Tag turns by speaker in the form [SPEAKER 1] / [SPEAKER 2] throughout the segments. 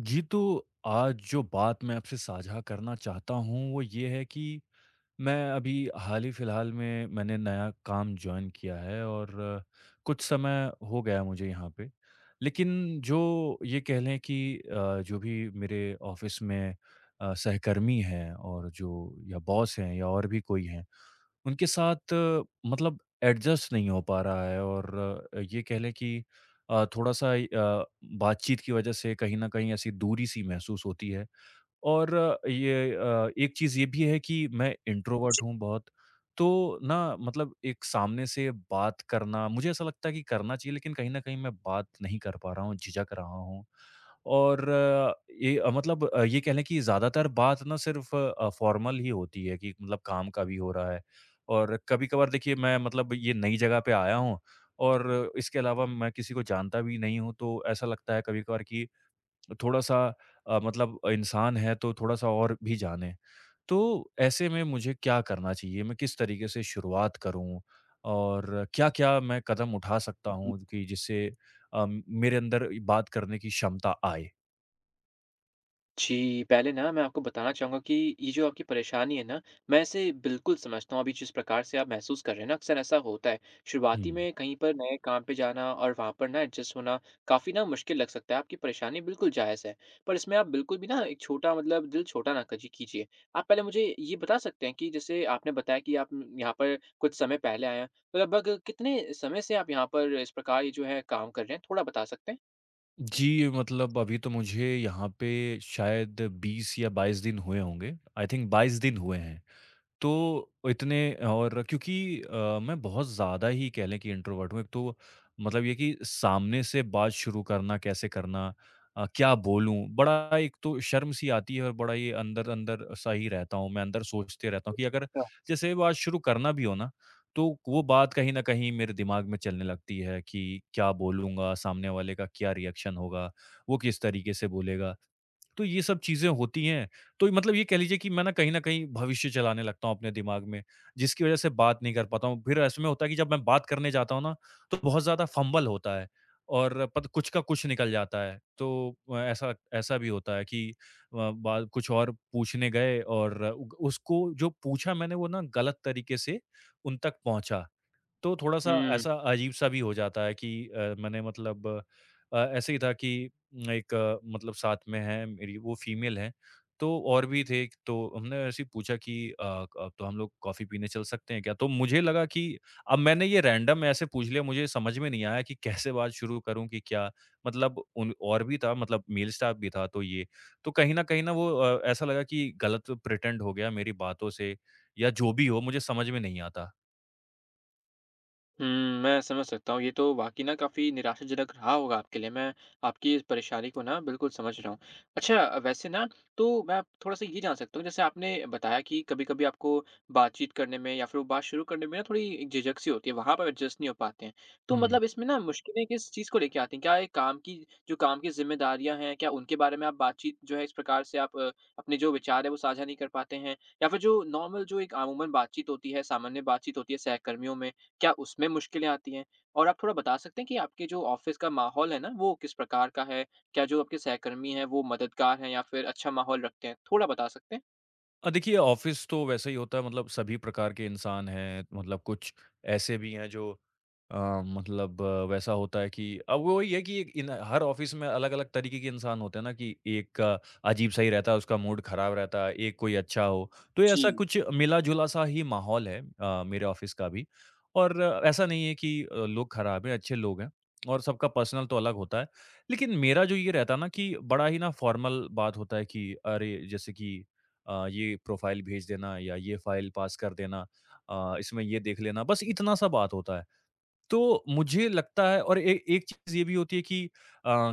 [SPEAKER 1] जी, तो आज जो बात मैं आपसे साझा करना चाहता हूँ, वो ये है कि मैं अभी हाल ही फिलहाल में मैंने नया काम जॉइन किया है और कुछ समय हो गया मुझे यहाँ पे। लेकिन जो ये कह लें कि जो भी मेरे ऑफ़िस में सहकर्मी हैं और जो या बॉस हैं या और भी कोई हैं, उनके साथ एडजस्ट नहीं हो पा रहा है और ये कह लें कि थोड़ा-सा बातचीत की वजह से कहीं न कहीं ऐसी दूरी-सी महसूस होती है और एक चीज़ ये भी है कि मैं इंट्रोवर्ट हूँ बहुत, तो ना मतलब एक सामने से बात करना मुझे ऐसा लगता है कि करना चाहिए लेकिन कहीं न कहीं मैं बात नहीं कर पा रहा हूँ, झिझक रहा हूँ। और अ, ये अ, मतलब अ, ये कह लें कि ज़्यादातर बात ना सिर्फ़ फ़ॉर्मल ही होती है कि मतलब काम का भी हो रहा है। और कभी-कभार देखिए मैं मतलब ये नई जगह पे आया हूँ और इसके अलावा मैं किसी को जानता भी नहीं हूँ, तो ऐसा लगता है कभी-कभार कि थोड़ा-सा मतलब इंसान है तो थोड़ा-सा और भी जाने। तो ऐसे में मुझे क्या करना चाहिए? मैं किस तरीके से शुरुआत करूँ? और क्या-क्या मैं कदम उठा सकता हूँ कि जिससे मेरे अंदर बात करने की क्षमता आए?
[SPEAKER 2] जी, पहले ना मैं आपको बताना चाहूँगा कि ये जो आपकी परेशानी है ना, मैं इसे बिल्कुल समझता हूँ। अभी जिस प्रकार से आप महसूस कर रहे हैं ना, अक्सर ऐसा होता है।
[SPEAKER 1] हुँ।
[SPEAKER 2] शुरुआती में कहीं पर नए काम पे जाना और वहाँ पर ना एडजस्ट होना काफ़ी ना मुश्किल लग सकता है, आपकी परेशानी बिल्कुल जायज़ है। पर इसमें आप बिल्कुल भी ना एक छोटा मतलब दिल छोटा ना कजी कीजिए। आप पहले मुझे ये बता सकते हैं कि जैसे आपने बताया कि आप यहाँ पर कुछ समय पहले आए हैं, तो लगभग कितने समय से आप यहाँ पर इस प्रकार ये जो है काम कर रहे हैं? थोड़ा बता सकते हैं?
[SPEAKER 1] जी, मतलब अभी तो मुझे यहाँ पे शायद 20 या 22 दिन हुए होंगे। आई थिंक 22 दिन हुए हैं। तो इतने और क्योंकि मैं बहुत ज़्यादा ही कह लें कि इंट्रोवर्ट हूँ। एक तो मतलब ये कि सामने से बात शुरू करना, कैसे करना, क्या बोलूँ? बड़ा एक तो शर्म सी आती है और बड़ा ये अंदर-अंदर सा ही रहता हूँ। मैं अंदर सोचते रहता हूँ कि अगर
[SPEAKER 2] अच्छा।
[SPEAKER 1] जैसे बात शुरू करना भी हो ना, तो वो बात कहीं न कहीं मेरे दिमाग में चलने लगती है कि क्या बोलूँगा? सामने वाले का क्या रिएक्शन होगा? वो किस तरीके से बोलेगा? तो ये सब चीज़ें होती हैं, तो मतलब ये कह लीजिए कि मैं ना कहीं न कहीं भविष्य चलाने लगता हूँ अपने दिमाग में, जिसकी वज़ह से बात नहीं कर पाता हूँ। फिर ऐसे में होता है कि जब मैं बात करने जाता हूँ ना, तो बहुत ज़्यादा फंबल होता है और पत कुछ का कुछ निकल जाता है। तो ऐसा ऐसा भी होता है कि अ, बा कुछ और पूछने गए और उ उसको जो पूछा मैंने वो ना गलत तरीके से उन तक पहुँचा। तो थोड़ा-सा
[SPEAKER 2] हुँ।
[SPEAKER 1] ऐसा अजीब-सा भी हो जाता है कि मैंने मतलब ऐसे ही था कि एक मतलब साथ में है मेरी वो फ़ीमेल हैं, तो और भी थे तो हमने ऐसे ही पूछा कि अ, क "तो हम लोग कॉफ़ी पीने चल सकते हैं क्या?" तो मुझे लगा कि अब मैंने ये रैंडम ऐसे पूछ लिया मुझे समझ में नहीं आया कि कैसे बात शुरू करूँ कि क्या मतलब उन और भी था मतलब मेल स्टाफ़ भी था तो ये, तो कहीं न वो ऐसा लगा कि गलत प्रिटेंड हो गया मेरी बातों से या जो भी हो मुझे समझ में नहीं आता।
[SPEAKER 2] हुँ, मैं समझ सकता हूँ। ये तो वाक़ई ना काफ़ी निराशाजनक रहा होगा आपके लिए। मैं आपकी इस परेशानी को ना बिल्कुल समझ रहा हूँ। अच्छा, वैसे ना तो मैं थोड़ा-सा ये जान सकता हूँ, जैसे आपने बताया कि कभी-कभी आपको बातचीत करने में या फिर वो बात शुरू करने में ना थोड़ी एक झिझक सी होती है, वहाँ पर एडजस्ट नहीं हो पाते हैं। तो
[SPEAKER 1] हुँ।
[SPEAKER 2] मतलब इसमें ना मुश्किलें किस चीज़ को लेके आती हैं? क्या ये काम की जो काम की ज़िम्मेदारियाँ हैं, क्या उनके बारे में आप बातचीत जो है इस प्रकार से आप अपने जो विचार है वो साझा नहीं कर पाते हैं? या फिर जो नॉर्मल जो एक आमूमन बातचीत होती है, सामान्य बातचीत होती है सहकर्मियों में, क्या उसमें मुश्किलें आती हैं? और आप थोड़ा बता सकते हैं कि आपके जो ऑफ़िस का माहौल है ना, वो किस प्रकार का है? क्या जो आपके सहकर्मी हैं, वो मददगार हैं या फिर अच्छा माहौल रखते हैं? थोड़ा बता सकते हैं?
[SPEAKER 1] देखिए ऑफिस तो वैसे ही होता है मतलब सभी प्रकार के इंसान हैं मतलब कुछ ऐसे भी हैं जो अ, वैसा होता है कि अब वो ये है कि एक इन हर ऑफिस में अलग-अलग तरीके के इंसान होते हैं ना कि एक का अजीब सा ही रहता है, उसका मूड खराब रहता है, एक कोई अच्छा हो। तो ये ऐसा
[SPEAKER 2] जी,
[SPEAKER 1] कुछ मिला-जुला सा ही माहौल है मेरे ऑफिस का भी और ऐसा नहीं है कि लोग खराब हैं, अच्छे लोग हैं और सबका पर्सनल तो अलग होता है। लेकिन मेरा जो ये रहता है ना कि बड़ा ही ना फॉर्मल बात होता है कि अरे जैसे कि ये प्रोफ़ाइल भेज देना या ये फ़ाइल पास कर देना, इसमें ये देख लेना, बस इतना सा बात होता है। तो मुझे लगता है और ए एक चीज़ ये भी होती है कि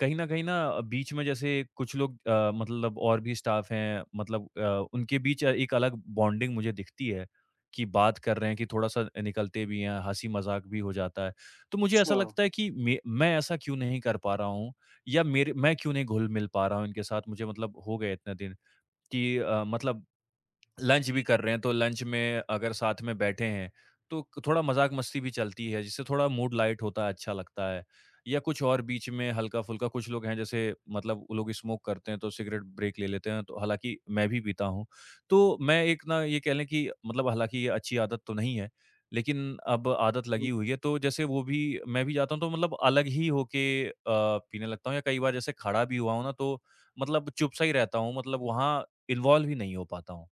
[SPEAKER 1] कहीं न कहीं ना बीच में जैसे कुछ लोग मतलब और भी स्टाफ़ हैं मतलब उनके बीच एक अलग बॉन्डिंग मुझे दिखती है कि बात कर रहे हैं कि थोड़ा-सा निकलते भी हैं, हँसी-मज़ाक भी हो जाता है। तो मुझे ऐसा
[SPEAKER 2] अच्छा।
[SPEAKER 1] लगता है कि मे मैं ऐसा क्यों नहीं कर पा रहा हूँ या मेरे मैं क्यों नहीं घुल-मिल पा रहा हूँ इनके साथ मुझे मतलब हो गए इतने दिन कि मतलब लंच भी कर रहे हैं, तो लंच में अगर साथ में बैठे हैं, तो क थोड़ा मज़ाक-मस्ती भी चलती है, जिससे थोड़ा मूड लाइट होता है, अच्छा लगता है। या कुछ और बीच में हल्का-फुल्का कुछ लोग हैं जैसे मतलब वो लोग स्मोक करते हैं, तो सिगरेट ब्रेक ले लेते हैं, तो हालाँकि मैं भी पीता हूँ। तो मैं एक ना ये कह लें कि मतलब हालाँकि ये अच्छी आदत तो नहीं है, लेकिन अब आदत लगी हुई है, तो जैसे वो भी मैं भी जाता हूँ तो मतलब अलग ही होके पीने लगता हूँ या कई बार जैसे खड़ा भी हुआ हूँ ना, तो मतलब चुप सा ही रहता हूँ, मतलब वहाँ इन्वॉल्व ही नहीं हो पाता हूँ।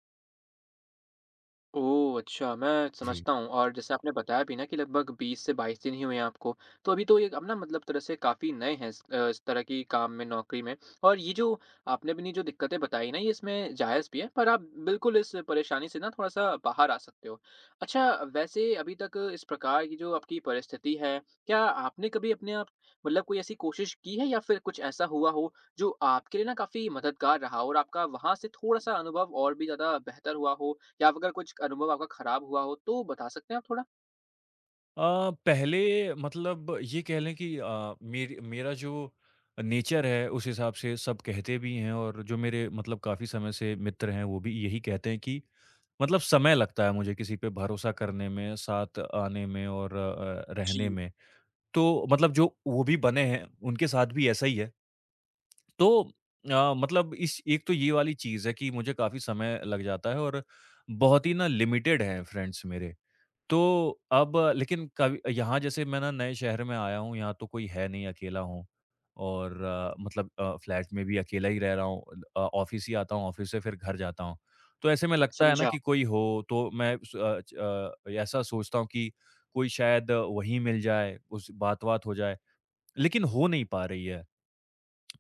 [SPEAKER 2] ओह! अच्छा, मैं
[SPEAKER 1] जी।
[SPEAKER 2] समझता हूँ। और जैसे आपने बताया भी ना कि लगभग 20 से 22 दिन ही हुए हैं आपको। तो अभी तो ये अब ना मतलब तरह से काफ़ी नए हैं इस इस तरह की काम में, नौकरी में। और ये जो आपने अपनी जो दिक्कतें बताई ना, ये इसमें जायज़ भी है, पर आप बिल्कुल इस परेशानी से ना थोड़ा-सा बाहर आ सकते हो। अच्छा, वैसे अभी तक इस प्रकार की जो आपकी परिस्थिति है, क्या आपने कभी अपने आप मतलब कोई ऐसी कोशिश की है या फिर कुछ ऐसा हुआ हो, जो आपके लिए ना काफ़ी मददगार रहा हो और आपका वहाँ से थोड़ा-सा अनुभव और भी ज़्यादा बेहतर हुआ हो? या अगर कुछ अनुभव आपका खराब हुआ हो तो बता सकते हैं आप थोड़ा?
[SPEAKER 1] पहले मतलब ये कह लें कि अ, मेरी मेरा जो नेचर है उस हिसाब से सब कहते भी हैं और जो मेरे मतलब काफ़ी समय से मित्र हैं वो भी यही कहते हैं कि मतलब समय लगता है मुझे किसी पे भरोसा करने में, साथ आने में और रहने
[SPEAKER 2] जी,
[SPEAKER 1] में। तो मतलब जो वो भी बने हैं उनके साथ भी ऐसा ही है। तो मतलब इस एक तो ये वाली चीज़ है कि मुझे काफ़ी समय लग जाता है और बहुत ही ना लिमिटेड हैं फ्रेंड्स मेरे। तो अब लेकिन कभी यहाँ जैसे मैं ना नए शहर में आया हूँ, यहाँ तो कोई है नहीं, अकेला हूँ और फ्लैट में भी अकेला ही रह रहा हूँ। ऑफ़िस ही आता हूँ, ऑफ़िस से फिर घर जाता हूँ। तो ऐसे में लगता है ना
[SPEAKER 2] समझा।
[SPEAKER 1] कि कोई हो, तो मैं स अ, च अ, ऐसा सोचता हूँ कि कोई शायद वहीं मिल जाए, उस बात-वात हो जाए, लेकिन हो नहीं पा रही है।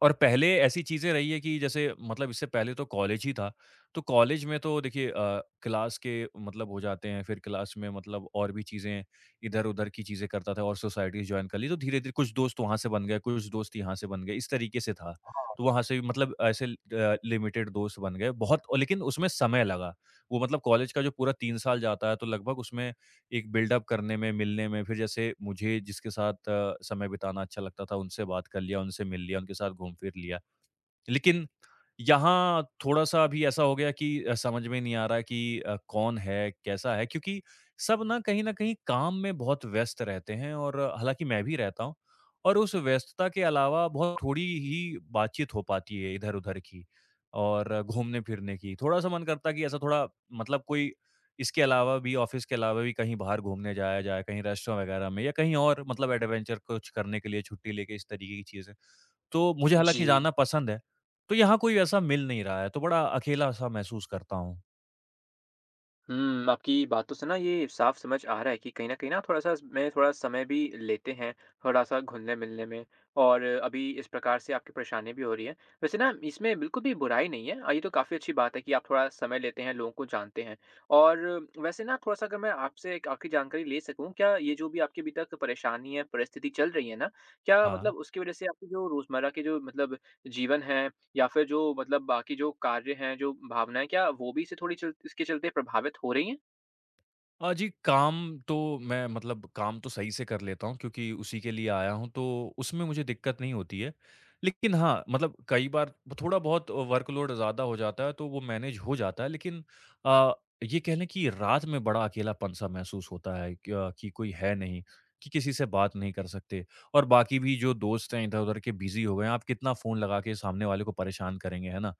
[SPEAKER 1] और पहले ऐसी चीज़ें रही है कि जैसे मतलब इससे पहले तो कॉलेज ही था। तो कॉलेज में तो देखिए क्लास के मतलब हो जाते हैं, फिर क्लास में मतलब और भी चीज़ें इधर-उधर की चीज़ें करता था और सोसाइटीज़ जॉइन कर ली। तो धीरे-धीरे कुछ दोस्त वहाँ से बन गए, कुछ दोस्त यहाँ से बन गए, इस तरीके से था। तो वहाँ से भी मतलब ऐसे लिमिटेड दोस्त बन गए बहुत और लेकिन उसमें समय लगा। वो मतलब कॉलेज का जो पूरा 3 साल जाता है तो लगभग उसमें एक बिल्डअप करने में, मिलने में, फिर जैसे मुझे जिसके साथ समय बिताना अच्छा लगता था, उनसे बात कर लिया, उनसे मिल लिया, उनके साथ घूम फिर लिया। लेकिन यहाँ थोड़ा-सा अभी ऐसा हो गया कि समझ में नहीं आ रहा है कि कौन है, कैसा है? क्योंकि सब ना कहीं न कहीं काम में बहुत व्यस्त रहते हैं और हालाँकि मैं भी रहता हूँ और उस व्यस्तता के अलावा बहुत थोड़ी ही बातचीत हो पाती है इधर-उधर की और घूमने-फिरने की। थोड़ा-सा मन करता है कि ऐसा थोड़ा मतलब कोई इसके अलावा भी ऑफ़िस के अलावा भी कहीं बाहर घूमने जाया जाए, कहीं रेस्टोरेंट वगैरह में या कहीं और मतलब एडवेंचर कुछ करने के लिए छुट्टी लेके इस तरीके की चीज़ें। तो मुझे हालाँकि
[SPEAKER 2] जी।
[SPEAKER 1] जाना पसंद है, तो यहाँ कोई ऐसा मिल नहीं रहा है, तो बड़ा अकेला-सा महसूस करता हूँ।
[SPEAKER 2] आपकी बातों से ना ये साफ समझ आ रहा है कि कहीं न कहीं ना थोड़ा-सा मैं थोड़ा समय भी लेते हैं, थोड़ा-सा घुलने-मिलने में, और अभी इस प्रकार से आपकी परेशानी भी हो रही है। वैसे ना इसमें बिल्कुल भी बुराई नहीं है। ये तो काफ़ी अच्छी बात है कि आप थोड़ा समय लेते हैं, लोगों को जानते हैं। और वैसे ना थोड़ा-सा अगर मैं आपसे एक आखिरी जानकारी ले सकूँ, क्या ये जो भी आपकी अभी तक परेशानी है, परिस्थिति चल रही है ना, क्या
[SPEAKER 1] हाँ।
[SPEAKER 2] मतलब उसकी वज़ह से आपकी जो रोज़मर्रा के जो मतलब जीवन है या फिर जो मतलब बाकी जो कार्य हैं, जो भावनाएँ, क्या वो भी इसे थोड़ी चल इसके चलते प्रभावित हो रही
[SPEAKER 1] जी, काम तो मैं मतलब काम तो सही से कर लेता हूँ क्योंकि उसी के लिए आया हूँ, तो उसमें मुझे दिक्कत नहीं होती है। लेकिन हाँ, मतलब कई बार थोड़ा-बहुत वर्कलोड ज़्यादा हो जाता है, तो वो मैनेज हो जाता है। लेकिन अ, ये कह लें कि रात में बड़ा अकेलापन-सा महसूस होता है कि कि कोई है नहीं, कि किसी से बात नहीं कर सकते और बाकी भी जो दोस्त हैं इधर-उधर के बिज़ी हो गए हैं, आप कितना फ़ोन लगा के सामने वाले को परेशान करेंगे, है ना?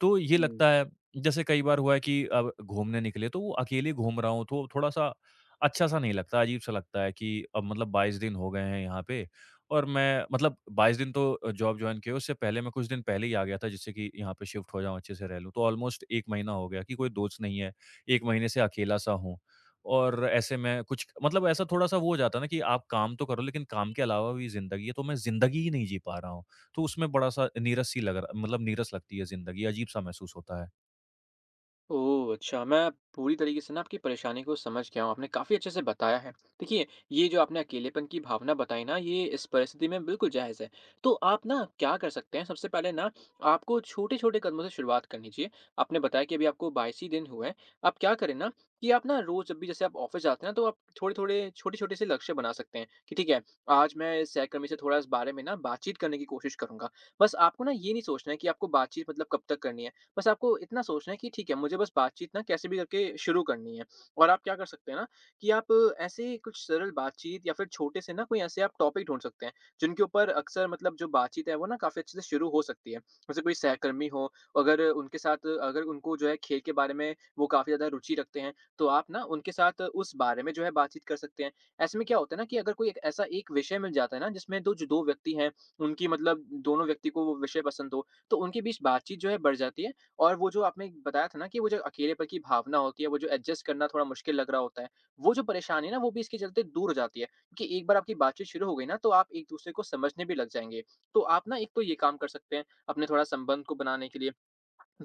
[SPEAKER 1] तो ये
[SPEAKER 2] हैं?
[SPEAKER 1] लगता है जैसे कई बार हुआ है कि अब घूमने निकले तो वो अकेले घूम रहा हूँ तो थोड़ा-सा अच्छा-सा नहीं लगता, अजीब-सा लगता है कि अब मतलब 22 दिन हो गए हैं यहाँ पे और मैं मतलब 22 दिन तो जॉब जॉइन किए उससे पहले मैं कुछ दिन पहले ही आ गया था जिससे कि यहाँ पे शिफ्ट हो जाऊँ, अच्छे से रह लूँ। तो ऑलमोस्ट 1 महीना हो गया कि कोई दोस्त नहीं है, 1 महीने से अकेला-सा हूँ और ऐसे में कुछ मतलब ऐसा थोड़ा-सा वो हो जाता है ना कि आप काम तो करो लेकिन काम के अलावा भी ज़िंदगी है, तो मैं ज़िंदगी ही नहीं जी पा रहा हूँ। तो उसमें बड़ा-सा नीरस-सी लग रहा मतलब नीरस लगती है ज़िंदगी, अजीब-सा महसूस होता है।
[SPEAKER 2] ओह! अच्छा, मैं पूरी तरीके से ना आपकी परेशानी को समझ गया हूँ, आपने काफ़ी अच्छे से बताया है। देखिए, ये जो आपने अकेलेपन की भावना बताई ना, ये इस परिस्थिति में बिल्कुल जायज़ है। तो आप ना क्या कर सकते हैं, सबसे पहले ना आपको छोटे-छोटे कदमों से शुरुआत करनी चाहिए। आपने बताया कि अभी आपको 22 ही दिन हुए हैं। आप क्या करें ना, कि आप ना रोज़ जब भी जैसे आप ऑफ़िस जाते हैं ना, तो आप थोड़े-थोड़े, छोटे-छोटे से लक्ष्य बना सकते हैं कि ठीक है, आज मैं इस सहकर्मी से थोड़ा इस बारे में ना बातचीत करने की कोशिश करूँगा। बस आपको ना ये नहीं सोचना है कि आपको बातचीत मतलब कब तक करनी है। बस आपको इतना सोचना है कि ठीक है, मुझे बस बातचीत ना कैसे भी करके शुरू करनी है। और आप क्या कर सकते हैं ना, कि आप ऐसे कुछ सरल बातचीत या फिर छोटे से ना कोई ऐसे आप टॉपिक ढूँढ सकते हैं, जिनके ऊपर अक्सर मतलब जो बातचीत है वो ना काफ़ी अच्छे से शुरू हो सकती है। जैसे कोई सहकर्मी हो, अगर उनके साथ अगर उनको जो है खेल के बारे में वो काफ़ी ज़्यादा रुचि रखते हैं, तो आप ना उनके साथ उस बारे में जो है बातचीत कर सकते हैं। ऐसे में क्या होता है ना, कि अगर कोई एक ऐसा एक विषय मिल जाता है ना, जिसमें दो जो 2 व्यक्ति हैं, उनकी मतलब दोनों व्यक्ति को वो विषय पसंद हो, तो उनके बीच बातचीत जो है बढ़ जाती है। और वो जो आपने बताया था ना, कि वो जो अकेलेपन की भावना होती है, वो जो एडजस्ट करना थोड़ा मुश्किल लग रहा होता है, वो जो परेशानी है ना, वो भी इसके चलते दूर हो जाती है, क्योंकि एक बार आपकी बातचीत शुरू हो गई ना, तो आप एक-दूसरे को समझने भी लग जाएँगे। तो आप ना एक तो ये काम कर सकते हैं, अपने थोड़ा संबंध को बनाने के लिए।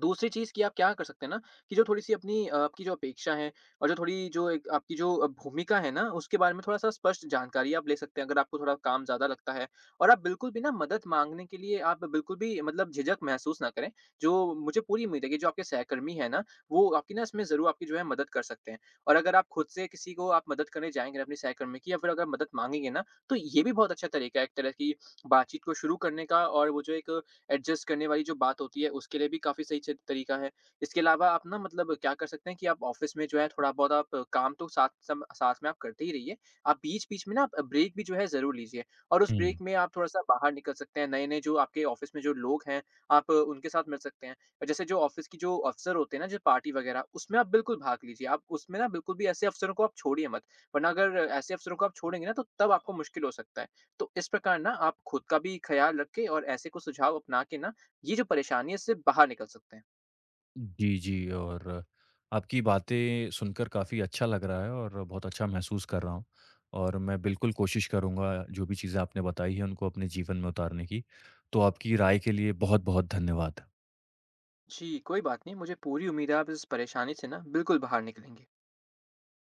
[SPEAKER 2] दूसरी चीज़ कि आप क्या कर सकते हैं ना, कि जो थोड़ी-सी अपनी आपकी जो अपेक्षा है और जो थोड़ी जो एक आपकी जो भूमिका है ना, उसके बारे में थोड़ा-सा स्पष्ट जानकारी आप ले सकते हैं, अगर आपको थोड़ा काम ज़्यादा लगता है। और आप बिल्कुल भी ना मदद माँगने के लिए आप बिल्कुल भी मतलब झिझक महसूस ना करें। जो मुझे पूरी उम्मीद है कि जो आपके सहकर्मी हैं ना, वो आपकी ना इसमें ज़रूर आपकी जो है मदद कर सकते हैं। और अगर आप खुद से किसी को आप मदद करने जाएँगे अपने सहकर्मी की या फिर अगर मदद माँगेंगे ना, तो ये भी बहुत अच्छा तरीका है एक तरह की बातचीत को शुरू करने का, और वो जो एक एडजस्ट करने वाली जो बात होती है, उसके लिए भी काफ़ी सही च तरीका है। इसके अलावा आप ना मतलब क्या कर सकते हैं, कि आप ऑफ़िस में जो है थोड़ा-बहुत आप काम तो साथ सम साथ में आप करते ही रहिए, आप बीच-बीच में ना आप ब्रेक भी जो है ज़रूर लीजिए, और उस ब्रेक
[SPEAKER 1] हुँ।
[SPEAKER 2] में आप थोड़ा-सा बाहर निकल सकते हैं, नए-नए जो आपके ऑफ़िस में जो लोग हैं, आप उनके साथ मिल सकते हैं। और जैसे जो ऑफ़िस की जो अफ़सर होते हैं ना, जो पार्टी वगैरह, उसमें आप बिल्कुल भाग लीजिए। आप उसमें ना बिल्कुल भी ऐसे अफ़सरों को आप छोड़िए मत, वरना अगर ऐसे अफ़सरों को आप छोड़ेंगे ना, तो तब आपको मुश्किल हो सकता है। तो इस प्रकार ना आप खुद का भी ख्याल रखें और ऐसे कुछ सुझाव अपना के ना ये जो परेशानी है इससे बाहर निकल सकते हैं।
[SPEAKER 1] जी, जी और आपकी बातें सुनकर काफ़ी अच्छा लग रहा है और बहुत अच्छा महसूस कर रहा हूँ। और मैं बिल्कुल कोशिश करूँगा जो भी चीज़ें आपने बताई हैं उनको अपने जीवन में उतारने की। तो आपकी राय के लिए बहुत-बहुत धन्यवाद।
[SPEAKER 2] जी, कोई बात नहीं। मुझे पूरी उम्मीद है आप इस परेशानी से ना बिल्कुल बाहर निकलेंगे।